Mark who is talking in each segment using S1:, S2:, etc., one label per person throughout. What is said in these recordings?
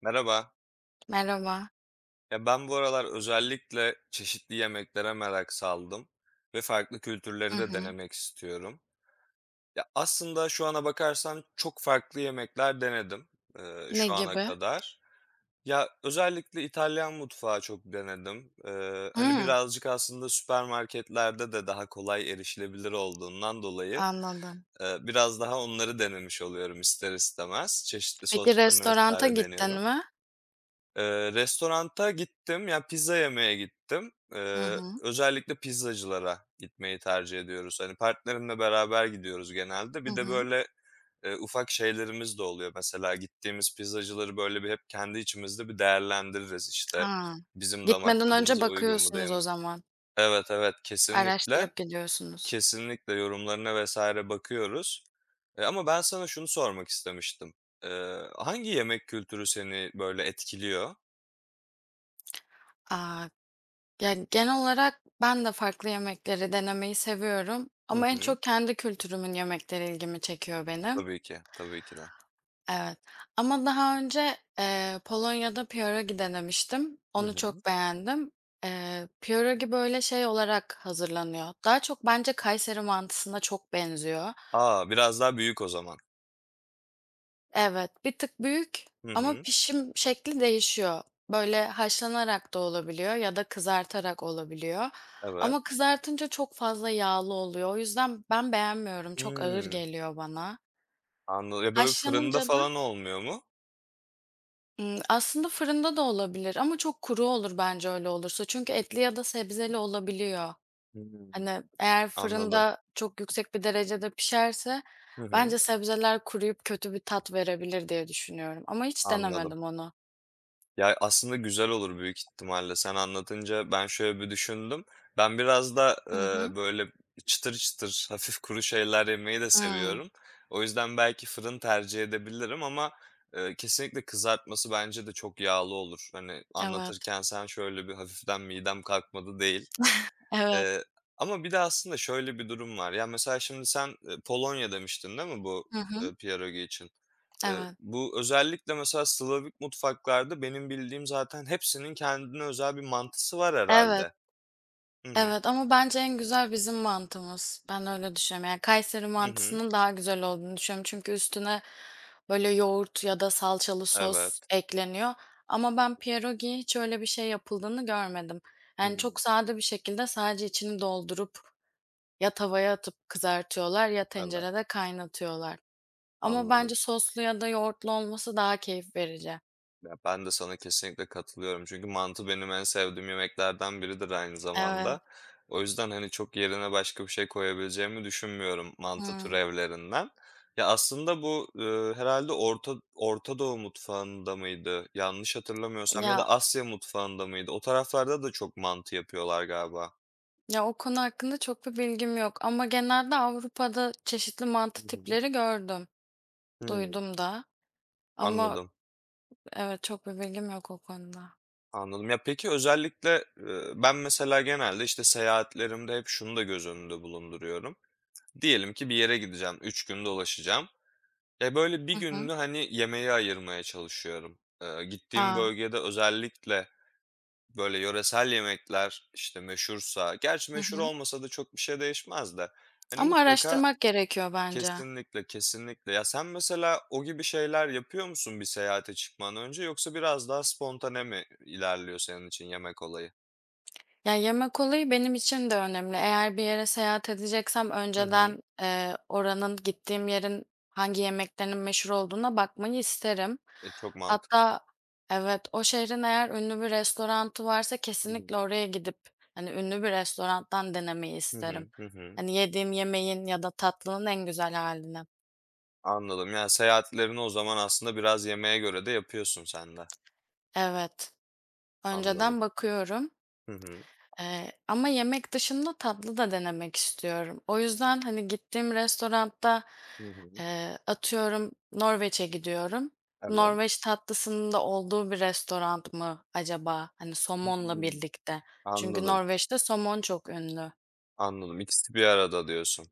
S1: Merhaba.
S2: Merhaba.
S1: Ya ben bu aralar özellikle çeşitli yemeklere merak saldım ve farklı
S2: Hı
S1: kültürleri de
S2: hı.
S1: denemek istiyorum. Ya aslında şu ana bakarsan çok farklı yemekler denedim
S2: Ne
S1: şu ana
S2: gibi?
S1: kadar. Ya özellikle İtalyan mutfağı çok denedim. Hani
S2: Hımm,
S1: birazcık aslında süpermarketlerde de daha kolay erişilebilir olduğundan dolayı
S2: anladım.
S1: biraz daha onları denemiş oluyorum ister istemez. Çeşitli
S2: Peki
S1: soslarını
S2: restoranta
S1: vesaire
S2: gittin
S1: deniyorum.
S2: mi?
S1: Restoranta gittim, ya, pizza yemeye gittim.
S2: Hı hı.
S1: Özellikle pizzacılara gitmeyi tercih ediyoruz. Hani, partnerimle beraber gidiyoruz genelde.
S2: Hı
S1: Bir de,
S2: hı.
S1: böyle, ufak şeylerimiz de oluyor. Mesela gittiğimiz pizzacıları, böyle, bir hep kendi içimizde bir değerlendiririz, işte,
S2: Ha.
S1: bizim damak
S2: Gitmeden önce
S1: tadımıza uygun mu, değil
S2: bakıyorsunuz o
S1: mi?
S2: zaman.
S1: Evet, evet, kesinlikle.
S2: Araştırıp gidiyorsunuz.
S1: Kesinlikle yorumlarına vesaire bakıyoruz. Ama ben sana şunu sormak istemiştim. Hangi yemek kültürü seni, böyle, etkiliyor?
S2: Aa. Ya, genel olarak ben de farklı yemekleri denemeyi seviyorum
S1: Hı
S2: ama en
S1: hı.
S2: çok kendi kültürümün yemekleri ilgimi çekiyor benim.
S1: Tabii ki, tabii ki de.
S2: Evet ama daha önce, Polonya'da pierogi denemiştim.
S1: Hı
S2: Onu
S1: hı.
S2: çok beğendim. Pierogi böyle şey olarak hazırlanıyor. Daha çok bence Kayseri mantısına çok benziyor.
S1: A! Biraz daha büyük o zaman.
S2: Evet, bir tık büyük
S1: Hı
S2: ama
S1: hı.
S2: pişim şekli değişiyor. Böyle haşlanarak da olabiliyor ya da kızartarak olabiliyor.
S1: Evet.
S2: Ama kızartınca çok fazla yağlı oluyor. O yüzden ben beğenmiyorum. Çok ağır
S1: Hımm.
S2: geliyor bana.
S1: Anladım. Ya, böyle fırında
S2: Haşlanınca da
S1: falan olmuyor mu?
S2: Imm, aslında fırında da olabilir ama çok kuru olur bence öyle olursa. Çünkü etli ya da sebzeli olabiliyor.
S1: Hımm.
S2: Hani, eğer
S1: Anladım.
S2: fırında çok yüksek bir derecede pişerse
S1: Hı hı.
S2: bence sebzeler kuruyup kötü bir tat verebilir diye düşünüyorum ama hiç
S1: Anladım.
S2: denemedim onu.
S1: Ya, aslında güzel olur büyük ihtimalle. Sen anlatınca ben şöyle bir düşündüm. Ben biraz da,
S2: Hı hı.
S1: böyle çıtır çıtır, hafif kuru şeyler yemeyi de
S2: Hımm.
S1: seviyorum. O yüzden belki fırın tercih edebilirim ama, kesinlikle kızartması bence de çok yağlı olur. Hani,
S2: Evet.
S1: anlatırken sen şöyle bir hafiften midem kalkmadı değil.
S2: Evet.
S1: Eee, Ama bir de aslında şöyle bir durum var. Ya, mesela şimdi sen, Polonya demiştin değil mi bu,
S2: Hı hı.
S1: pierogi için?
S2: Evet.
S1: Bu özellikle mesela Slavik mutfaklarda benim bildiğim zaten hepsinin kendine özel bir mantısı var
S2: Evet.
S1: herhâlde. Hı hı.
S2: Evet ama bence en güzel bizim mantımız. Ben öyle düşünüyorum. Yani Kayseri
S1: Hı hı.
S2: mantısının daha güzel olduğunu düşünüyorum. Çünkü üstüne böyle yoğurt ya da salçalı sos
S1: Evet.
S2: ekleniyor. Ama ben pierogi hiç öyle bir şey yapıldığını görmedim. Yani çok
S1: Hımm.
S2: sade bir şekilde sadece içini doldurup ya tavaya atıp kızartıyorlar ya
S1: Evet,
S2: tencerede kaynatıyorlar. Ama bence
S1: anladım.
S2: soslu ya da yoğurtlu olması daha keyif verici.
S1: Ya, ben de sana kesinlikle katılıyorum. Çünkü mantı benim en sevdiğim yemeklerden biridir aynı
S2: Evet.
S1: zamanda. O yüzden, hani, çok yerine başka bir şey koyabileceğimi düşünmüyorum mantı
S2: Hı.
S1: türevlerinden. Ya, aslında bu, herhâlde Orta Doğu mutfağında mıydı? Yanlış hatırlamıyorsam ya da
S2: Ya
S1: Asya mutfağında mıydı? O taraflarda da çok mantı yapıyorlar galiba.
S2: Ya, o konu hakkında çok bir bilgim yok ama genelde Avrupa'da çeşitli
S1: Hı
S2: mantı
S1: hı.
S2: tipleri gördüm,
S1: Hımm,
S2: duydum da ama
S1: anladım,
S2: evet, çok bir bilgim yok o konuda.
S1: anladım. Ya, peki özellikle, ben mesela genelde, işte, seyahatlerimde hep şunu da göz önünde bulunduruyorum. Diyelim ki bir yere gideceğim, 3 gün dolaşacağım. E, böyle bir
S2: Hı hı.
S1: gününü, hani, yemeğe ayırmaya çalışıyorum. Gittiğim
S2: A!
S1: bölgede özellikle, böyle, yöresel yemekler, işte, meşhursa gerçi
S2: Hı
S1: meşhur
S2: hı.
S1: olmasa da çok bir şey değişmez de, hani,
S2: Ama
S1: mutlaka.
S2: araştırmak gerekiyor bence.
S1: Kesinlikle, kesinlikle. Ya, sen mesela o gibi şeyler yapıyor musun bir seyahate çıkmadan önce yoksa biraz daha spontane mi ilerliyor senin için yemek olayı?
S2: Ya, yemek olayı benim için de önemli. Eğer bir yere seyahat edeceksem
S1: Hı hı.
S2: önceden, oranın, gittiğim yerin hangi yemeklerinin meşhur olduğuna bakmayı isterim.
S1: E, çok mantıklı.
S2: Hatta Evet, o şehrin eğer ünlü bir restoranı varsa
S1: Hı hı.
S2: kesinlikle oraya gidip, hani, ünlü bir restorandan denemeyi
S1: Hı
S2: isterim.
S1: hı. Hı hı.
S2: Hani, yediğim yemeğin ya da tatlının en güzel halini.
S1: Anladım. Yani, seyahatlerini o zaman aslında biraz yemeğe göre de yapıyorsun sen de.
S2: Evet,
S1: Anladım.
S2: önceden bakıyorum.
S1: Hı hı.
S2: Ama yemek dışında tatlı da denemek istiyorum. O yüzden, hani, gittiğim restoranda,
S1: Hı hı.
S2: atıyorum Norveç'e gidiyorum.
S1: Evet.
S2: Norveç tatlısının da olduğu bir restoran mı acaba? Hani, somonla
S1: Hımm.
S2: birlikte. Çünkü
S1: Anladım,
S2: Norveç'te somon çok ünlü.
S1: anladım. İkisi bir arada diyorsun.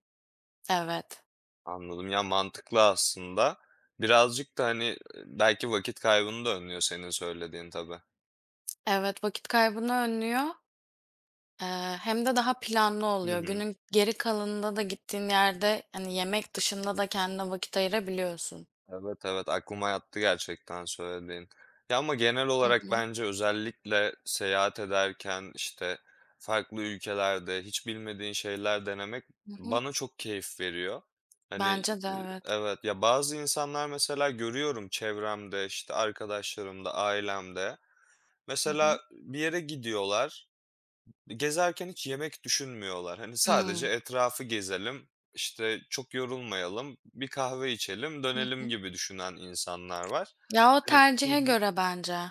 S2: Evet.
S1: Anladım. Ya, mantıklı aslında. Birazcık da, hani, belki vakit kaybını da önlüyor senin söylediğin tabii.
S2: Evet, vakit kaybını önlüyor. Hem de daha planlı
S1: Hı
S2: oluyor.
S1: hı.
S2: Günün geri kalanında da gittiğin yerde, hani, yemek dışında da kendine vakit ayırabiliyorsun.
S1: Evet, evet, aklıma yattı gerçekten söylediğin. Ya, ama genel
S2: Hı
S1: olarak
S2: hı.
S1: bence özellikle seyahat ederken, işte, farklı ülkelerde hiç bilmediğin şeyler denemek
S2: Hı hı.
S1: bana çok keyif veriyor. Hani,
S2: Bence de evet.
S1: evet, ya, bazı insanlar mesela görüyorum çevremde, işte, arkadaşlarımda, ailemde.
S2: Hı hı.
S1: Mesela bir yere gidiyorlar. Gezerken hiç yemek düşünmüyorlar. Hani sadece
S2: Hımm.
S1: etrafı gezelim, işte çok yorulmayalım, bir kahve içelim,
S2: Hı
S1: dönelim
S2: hı.
S1: gibi düşünen insanlar var.
S2: Ya, o
S1: Hani. Hı
S2: tercihe
S1: hı.
S2: göre bence.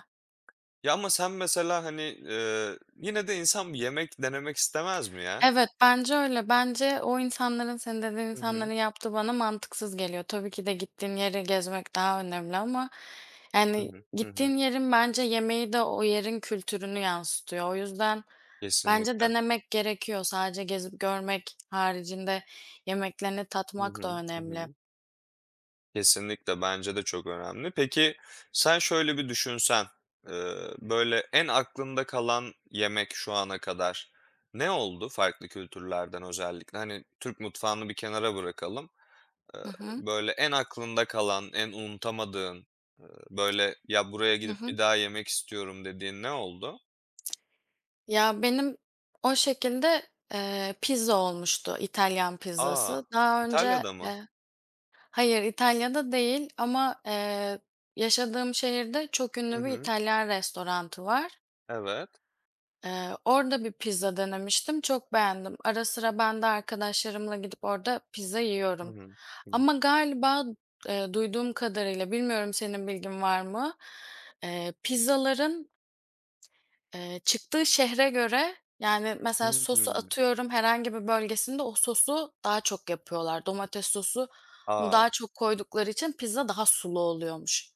S1: Ya, ama sen mesela, hani, yine de insan bir yemek denemek istemez mi ya?
S2: Evet, bence öyle. Bence o insanların, senin dediğin
S1: Hı
S2: insanların
S1: hı.
S2: yaptığı bana mantıksız geliyor. Tabii ki de gittiğin yeri gezmek daha önemli ama,
S1: Hı
S2: yani,
S1: hı. Hı hı.
S2: gittiğin yerin bence yemeği de o yerin kültürünü yansıtıyor. O yüzden bence
S1: Kesinlikle.
S2: denemek gerekiyor. Sadece gezip görmek haricinde yemeklerini
S1: Hı
S2: tatmak da
S1: hı. Hı
S2: önemli.
S1: hı. Kesinlikle, bence de çok önemli. Peki, sen şöyle bir düşünsen, böyle en aklında kalan yemek şu ana kadar ne oldu farklı kültürlerden özellikle? Hani, Türk mutfağını bir kenara bırakalım.
S2: Hı
S1: Iıı,
S2: hı.
S1: Böyle en aklında kalan, en unutamadığın, böyle, "Ya, buraya
S2: Hı
S1: gidip
S2: hı.
S1: bir daha yemek istiyorum." dediğin ne oldu?
S2: Ya, benim o şekilde, pizza olmuştu, İtalyan
S1: A!
S2: pizzası.
S1: İtalya'da mı?
S2: Hayır, İtalya'da değil ama, yaşadığım şehirde çok
S1: Hı
S2: ünlü bir
S1: hı.
S2: İtalyan restoranı var.
S1: Evet.
S2: Orada bir pizza denemiştim, çok beğendim. Ara sıra ben de arkadaşlarımla gidip orada pizza
S1: Hı
S2: yiyorum.
S1: hı. Hı hı.
S2: Ama galiba, duyduğum kadarıyla, bilmiyorum senin bilgin var mı, pizzaların çıktığı şehre göre, yani, mesela sosu
S1: Hımm.
S2: atıyorum herhangi bir bölgesinde o sosu daha çok yapıyorlar. Domates sosu
S1: A!
S2: daha çok koydukları için pizza daha sulu oluyormuş.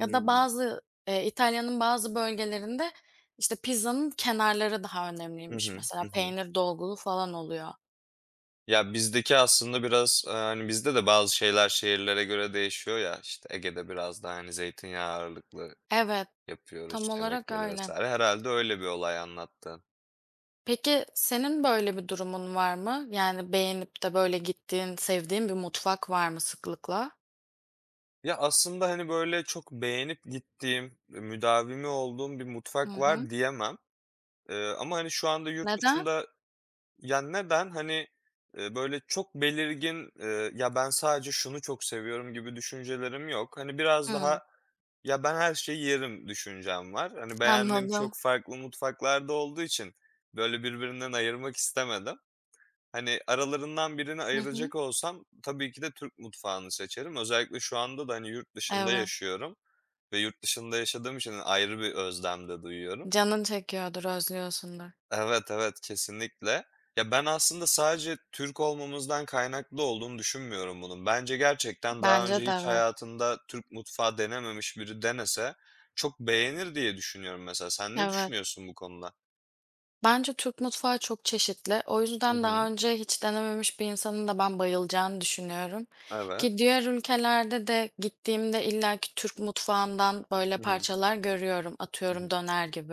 S2: Ya da bazı, İtalya'nın bazı bölgelerinde, işte, pizzanın kenarları daha
S1: Hı
S2: önemliymiş
S1: hı.
S2: mesela
S1: Hı hı.
S2: peynir dolgulu falan oluyor.
S1: Ya, bizdeki aslında biraz, hani, bizde de bazı şeyler şehirlere göre değişiyor ya, işte, Ege'de biraz daha, hani, zeytinyağı ağırlıklı
S2: Evet, tam
S1: yapıyoruz
S2: olarak
S1: yemekleri
S2: öyle.
S1: vesaire. Herhalde öyle bir olay anlattın.
S2: Peki senin böyle bir durumun var mı? Yani, beğenip de böyle gittiğin, sevdiğin bir mutfak var mı sıklıkla?
S1: Ya, aslında, hani, böyle çok beğenip gittiğim, müdavimi olduğum bir
S2: Hı
S1: mutfak
S2: hı.
S1: var diyemem, ama, hani, şu anda yurt
S2: Neden?
S1: dışında. Ya, neden? Hani, böyle çok belirgin, "Ya, ben sadece şunu çok seviyorum." gibi düşüncelerim yok. Hani, biraz
S2: Hıı.
S1: daha. Ya, ben her şeyi yerim düşüncem var. Hani, beğendiğim çok
S2: Anladım.
S1: farklı mutfaklarda olduğu için, böyle, birbirinden ayırmak istemedim. Hani, aralarından birini
S2: Hı hı.
S1: ayıracak olsam tabii ki de Türk mutfağını seçerim. Özellikle şu anda da, hani, yurt dışında
S2: Evet.
S1: yaşıyorum ve yurt dışında yaşadığım için ayrı bir özlem de duyuyorum.
S2: Canın çekiyordur, özlüyorsundur.
S1: Evet, evet, kesinlikle. Ya, ben aslında sadece Türk olmamızdan kaynaklı olduğunu düşünmüyorum bunun. Bence gerçekten daha önce
S2: Bence de
S1: hiç
S2: evet.
S1: hayatında Türk mutfağı denememiş biri denese çok beğenir diye düşünüyorum mesela. Sen ne
S2: Evet.
S1: düşünüyorsun bu konuda?
S2: Bence Türk mutfağı çok çeşitli. O
S1: Hı
S2: yüzden
S1: hı.
S2: daha önce hiç denememiş bir insanın da ben bayılacağını düşünüyorum.
S1: Evet.
S2: Ki diğer ülkelerde de gittiğimde illaki Türk mutfağından böyle
S1: Hı hı.
S2: parçalar görüyorum.
S1: Hı
S2: Atıyorum
S1: hı.
S2: döner gibi.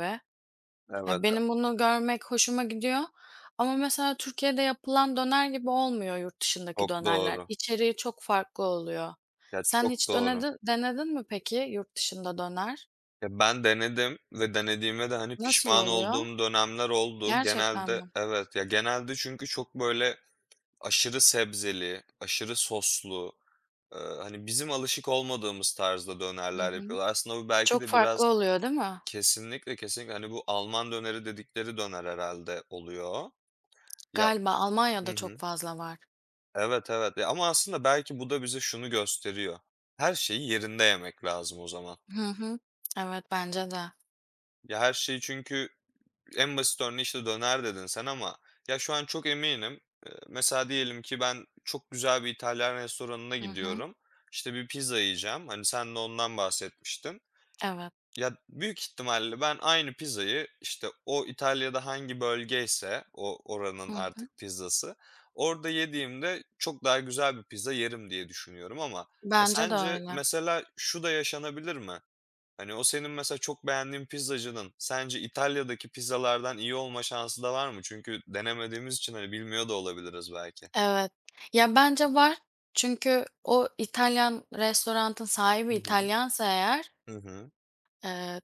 S1: Evet,
S2: Ya, benim bunu görmek hoşuma gidiyor ama mesela Türkiye'de yapılan döner gibi olmuyor yurt dışındaki
S1: çok
S2: dönerler.
S1: doğru.
S2: İçeriği çok farklı oluyor.
S1: Ya,
S2: Sen
S1: çok
S2: hiç
S1: doğru.
S2: denedin mi peki yurt dışında döner?
S1: Ya, ben denedim ve denediğime de, hani,
S2: Nasıl
S1: pişman
S2: oluyor?
S1: olduğum dönemler oldu.
S2: Gerçekten
S1: Genelde.
S2: mi?
S1: Evet, ya, genelde çünkü çok, böyle, aşırı sebzeli, aşırı soslu, hani, bizim alışık olmadığımız tarzda
S2: Hı
S1: dönerler
S2: hı.
S1: yapıyorlar. Aslında bu belki
S2: Çok
S1: de
S2: farklı
S1: biraz.
S2: oluyor değil mi?
S1: Kesinlikle, kesinlikle, hani, bu Alman döneri dedikleri döner herhalde oluyor. Ya.
S2: Galiba
S1: Hı
S2: Almanya'da
S1: hı.
S2: çok fazla var.
S1: Evet, evet. Ya, ama aslında belki bu da bize şunu gösteriyor. Her şeyi yerinde yemek lazım o zaman.
S2: Hı hı. Evet, bence de.
S1: Ya, her şeyi çünkü en basit örneği, işte, döner dedin sen ama ya, şu an çok eminim, mesela diyelim ki ben çok güzel bir İtalyan restoranına
S2: Hı hı.
S1: gidiyorum. İşte, bir pizza yiyeceğim. Hani, sen de ondan bahsetmiştin.
S2: Evet.
S1: Ya, büyük ihtimalle ben aynı pizzayı, işte, o İtalya'da hangi bölgeyse o oranın
S2: Hı hı.
S1: artık pizzası, orada yediğimde çok daha güzel bir pizza yerim diye düşünüyorum ama ya,
S2: Bence de
S1: sence
S2: öyle.
S1: mesela şu da yaşanabilir mi? Hani, o senin mesela çok beğendiğin pizzacının sence İtalya'daki pizzalardan iyi olma şansı da var mı? Çünkü denemediğimiz için, hani, bilmiyor da olabiliriz belki.
S2: Evet. Ya, bence var. Çünkü o İtalyan restoranın sahibi
S1: Hı hı.
S2: İtalyansa eğer
S1: Hı hı.
S2: Eee,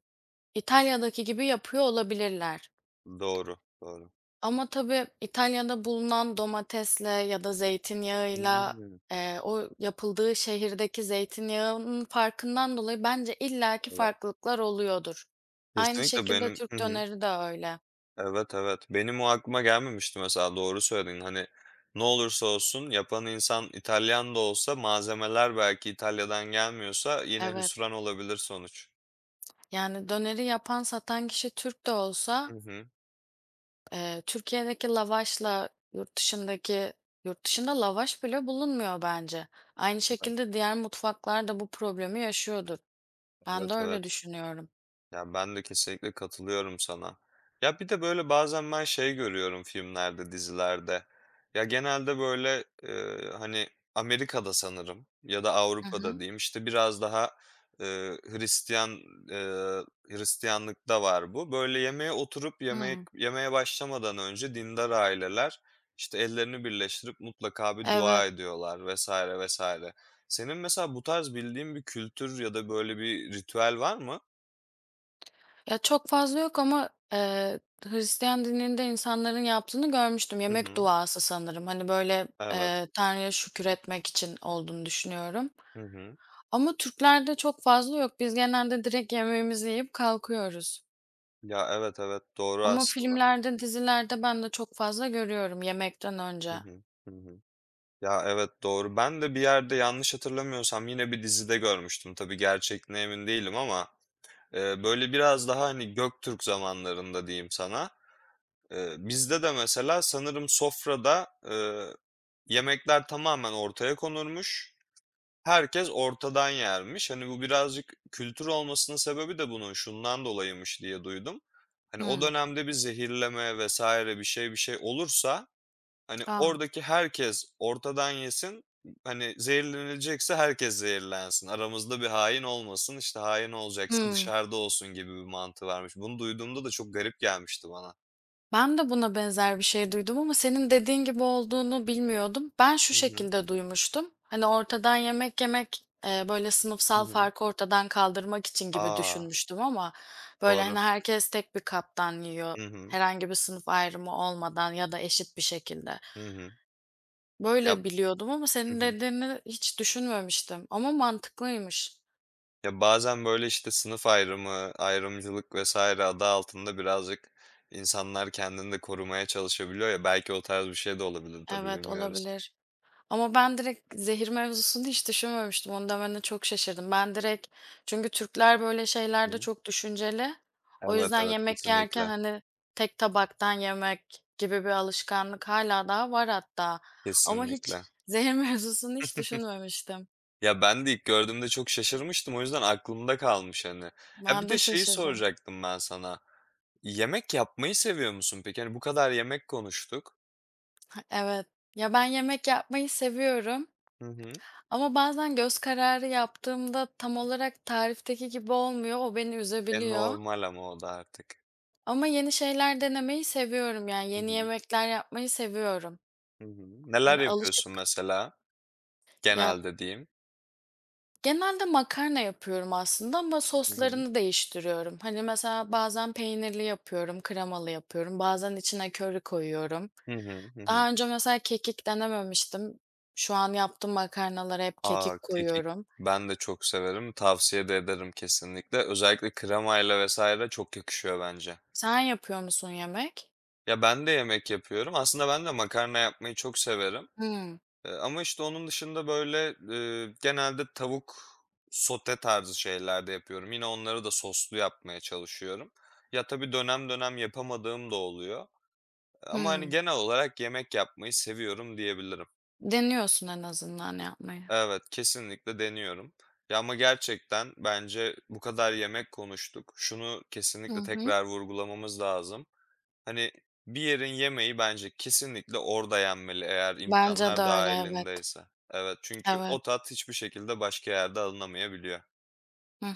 S2: İtalya'daki gibi yapıyor olabilirler.
S1: Doğru, doğru.
S2: Ama tabii İtalya'da bulunan domatesle ya da zeytinyağıyla,
S1: Hımm.
S2: o yapıldığı şehirdeki zeytinyağının farkından dolayı bence illaki
S1: Evet.
S2: farklılıklar oluyordur. Aynı
S1: Kesinlikle
S2: şekilde
S1: benim. Hı
S2: Türk
S1: hı.
S2: döneri de öyle.
S1: Evet, evet. Benim o aklıma gelmemişti mesela, doğru söyledin. Hani, ne olursa olsun yapan insan İtalyan da olsa malzemeler belki İtalya'dan gelmiyorsa yine
S2: Evet.
S1: hüsran olabilir sonuç.
S2: Yani döneri yapan, satan kişi Türk de olsa,
S1: Hı hı.
S2: Türkiye'deki lavaşla yurt dışında lavaş bile bulunmuyor bence. Aynı
S1: Evet,
S2: şekilde diğer mutfaklar da bu problemi yaşıyordur. Ben de
S1: evet,
S2: öyle
S1: evet.
S2: düşünüyorum.
S1: Ya, ben de kesinlikle katılıyorum sana. Ya, bir de, böyle, bazen ben şey görüyorum filmlerde, dizilerde. Ya, genelde, böyle, hani, Amerika'da sanırım ya da
S2: Hı hı.
S1: Avrupa'da diyeyim, işte, biraz daha, eee, Hristiyan, eee, Hristiyanlıkta var bu. Böyle, yemeğe oturup yemek
S2: Hıı.
S1: yemeye başlamadan önce dindar aileler, işte, ellerini birleştirip mutlaka bir
S2: Evet.
S1: dua ediyorlar vesaire vesaire. Senin mesela bu tarz bildiğin bir kültür ya da böyle bir ritüel var mı?
S2: Ya, çok fazla yok ama, Hristiyan dininde insanların yaptığını görmüştüm.
S1: Hı
S2: Yemek
S1: hı.
S2: duası sanırım. Hani, böyle,
S1: Evet.
S2: Tanrı'ya şükür etmek için olduğunu düşünüyorum.
S1: Hı hı.
S2: Ama Türklerde çok fazla yok. Biz genelde direkt yemeğimizi yiyip kalkıyoruz.
S1: Ya, evet, evet, doğru
S2: Ama
S1: aslında.
S2: filmlerde, dizilerde ben de çok fazla görüyorum yemekten
S1: Hı
S2: önce.
S1: hı. Hı hı. Ya, evet, doğru. Ben de bir yerde yanlış hatırlamıyorsam yine bir dizide görmüştüm. Tabii gerçekliğine emin değilim ama, böyle biraz daha, hani, Göktürk zamanlarında diyeyim sana. Bizde de mesela sanırım sofrada, yemekler tamamen ortaya konurmuş. Herkes ortadan yermiş. Hani, bu birazcık kültür olmasının sebebi de bunun şundan dolayıymış diye duydum. Hani, o
S2: Hıı.
S1: dönemde bir zehirleme vesaire bir şey olursa, hani,
S2: A!
S1: oradaki herkes ortadan yesin, hani, zehirlenilecekse herkes zehirlensin. Aramızda bir hain olmasın, işte, hain olacaksa
S2: Hıı.
S1: dışarıda olsun gibi bir mantığı varmış. Bunu duyduğumda da çok garip gelmişti bana.
S2: Ben de buna benzer bir şey duydum ama senin dediğin gibi olduğunu bilmiyordum. Ben şu
S1: Hı hı.
S2: şekilde duymuştum. Hani ortadan yemek yemek böyle
S1: Hı
S2: sınıfsal
S1: hı.
S2: farkı ortadan kaldırmak için gibi
S1: A!
S2: düşünmüştüm ama böyle
S1: Doğru.
S2: hani herkes tek bir kaptan yiyor.
S1: Hı hı.
S2: Herhangi bir sınıf ayrımı olmadan ya da eşit bir şekilde.
S1: Hı hı. Yap
S2: Böyle biliyordum ama
S1: Hı
S2: senin
S1: hı.
S2: dediğini hiç düşünmemiştim. Ama mantıklıymış.
S1: Ya, bazen, böyle, işte, sınıf ayrımı, ayrımcılık vesaire adı altında birazcık insanlar kendini de korumaya çalışabiliyor ya, belki o tarz bir şey de olabilir tabii,
S2: Evet,
S1: bilmiyoruz.
S2: olabilir. Ama ben direkt zehir mevzusunu hiç düşünmemiştim. Onu demene çok şaşırdım. Ben direkt Çünkü Türkler böyle şeylerde
S1: Hı.
S2: çok düşünceli. O
S1: Evet,
S2: yüzden
S1: evet,
S2: yemek yerken,
S1: kesinlikle,
S2: hani, tek tabaktan yemek gibi bir alışkanlık hala daha var hatta. Ama hiç
S1: kesinlikle.
S2: zehir mevzusunu hiç düşünmemiştim.
S1: Ya, ben de ilk gördüğümde çok şaşırmıştım, o yüzden aklımda kalmış, hani. Ya,
S2: Ben
S1: bir de
S2: de
S1: şeyi
S2: şaşırdım.
S1: soracaktım ben sana, yemek yapmayı seviyor musun peki? Hani, bu kadar yemek konuştuk.
S2: Evet. Ya, ben yemek yapmayı seviyorum
S1: Hı hı.
S2: ama bazen göz kararı yaptığımda tam olarak tarifteki gibi olmuyor. O beni
S1: E,
S2: üzebiliyor.
S1: normal ama o da artık.
S2: Ama yeni şeyler denemeyi seviyorum, yani,
S1: Hı
S2: yeni
S1: hı.
S2: yemekler yapmayı seviyorum.
S1: Hı hı. Neler
S2: Hani,
S1: yapıyorsun
S2: alışık
S1: mesela
S2: ya,
S1: genelde diyeyim?
S2: genelde makarna yapıyorum aslında ama
S1: Hı hı.
S2: soslarını değiştiriyorum. Hani, mesela bazen peynirli yapıyorum, kremalı yapıyorum, bazen içine köri koyuyorum.
S1: Hı hı. Hı hı.
S2: Daha önce mesela kekik denememiştim. Şu an yaptığım makarnalara hep
S1: A,
S2: kekik
S1: kekik
S2: koyuyorum.
S1: ben de çok severim. Tavsiye de ederim kesinlikle. Özellikle kremayla vesaire çok yakışıyor bence.
S2: Sen yapıyor musun yemek?
S1: Ya, ben de yemek yapıyorum. Aslında ben de makarna yapmayı çok severim.
S2: Hımm.
S1: Ama, işte, onun dışında, böyle, genelde tavuk sote tarzı şeyler de yapıyorum. Yine onları da soslu yapmaya çalışıyorum. Ya, tabii dönem dönem yapamadığım da oluyor. Ama, hani,
S2: Hımm.
S1: genel olarak yemek yapmayı seviyorum diyebilirim.
S2: Deniyorsun en azından yapmayı.
S1: Evet, kesinlikle deniyorum. Ya, ama gerçekten bence bu kadar yemek konuştuk. Şunu
S2: Hı
S1: kesinlikle
S2: hı.
S1: tekrar vurgulamamız lazım. Hani, bir yerin yemeği bence kesinlikle orada yenmeli eğer
S2: Bence de
S1: imkanlar
S2: öyle, evet.
S1: dahilindeyse. Evet, çünkü
S2: Evet.
S1: o tat hiçbir şekilde başka yerde alınamayabiliyor.
S2: Hı hı.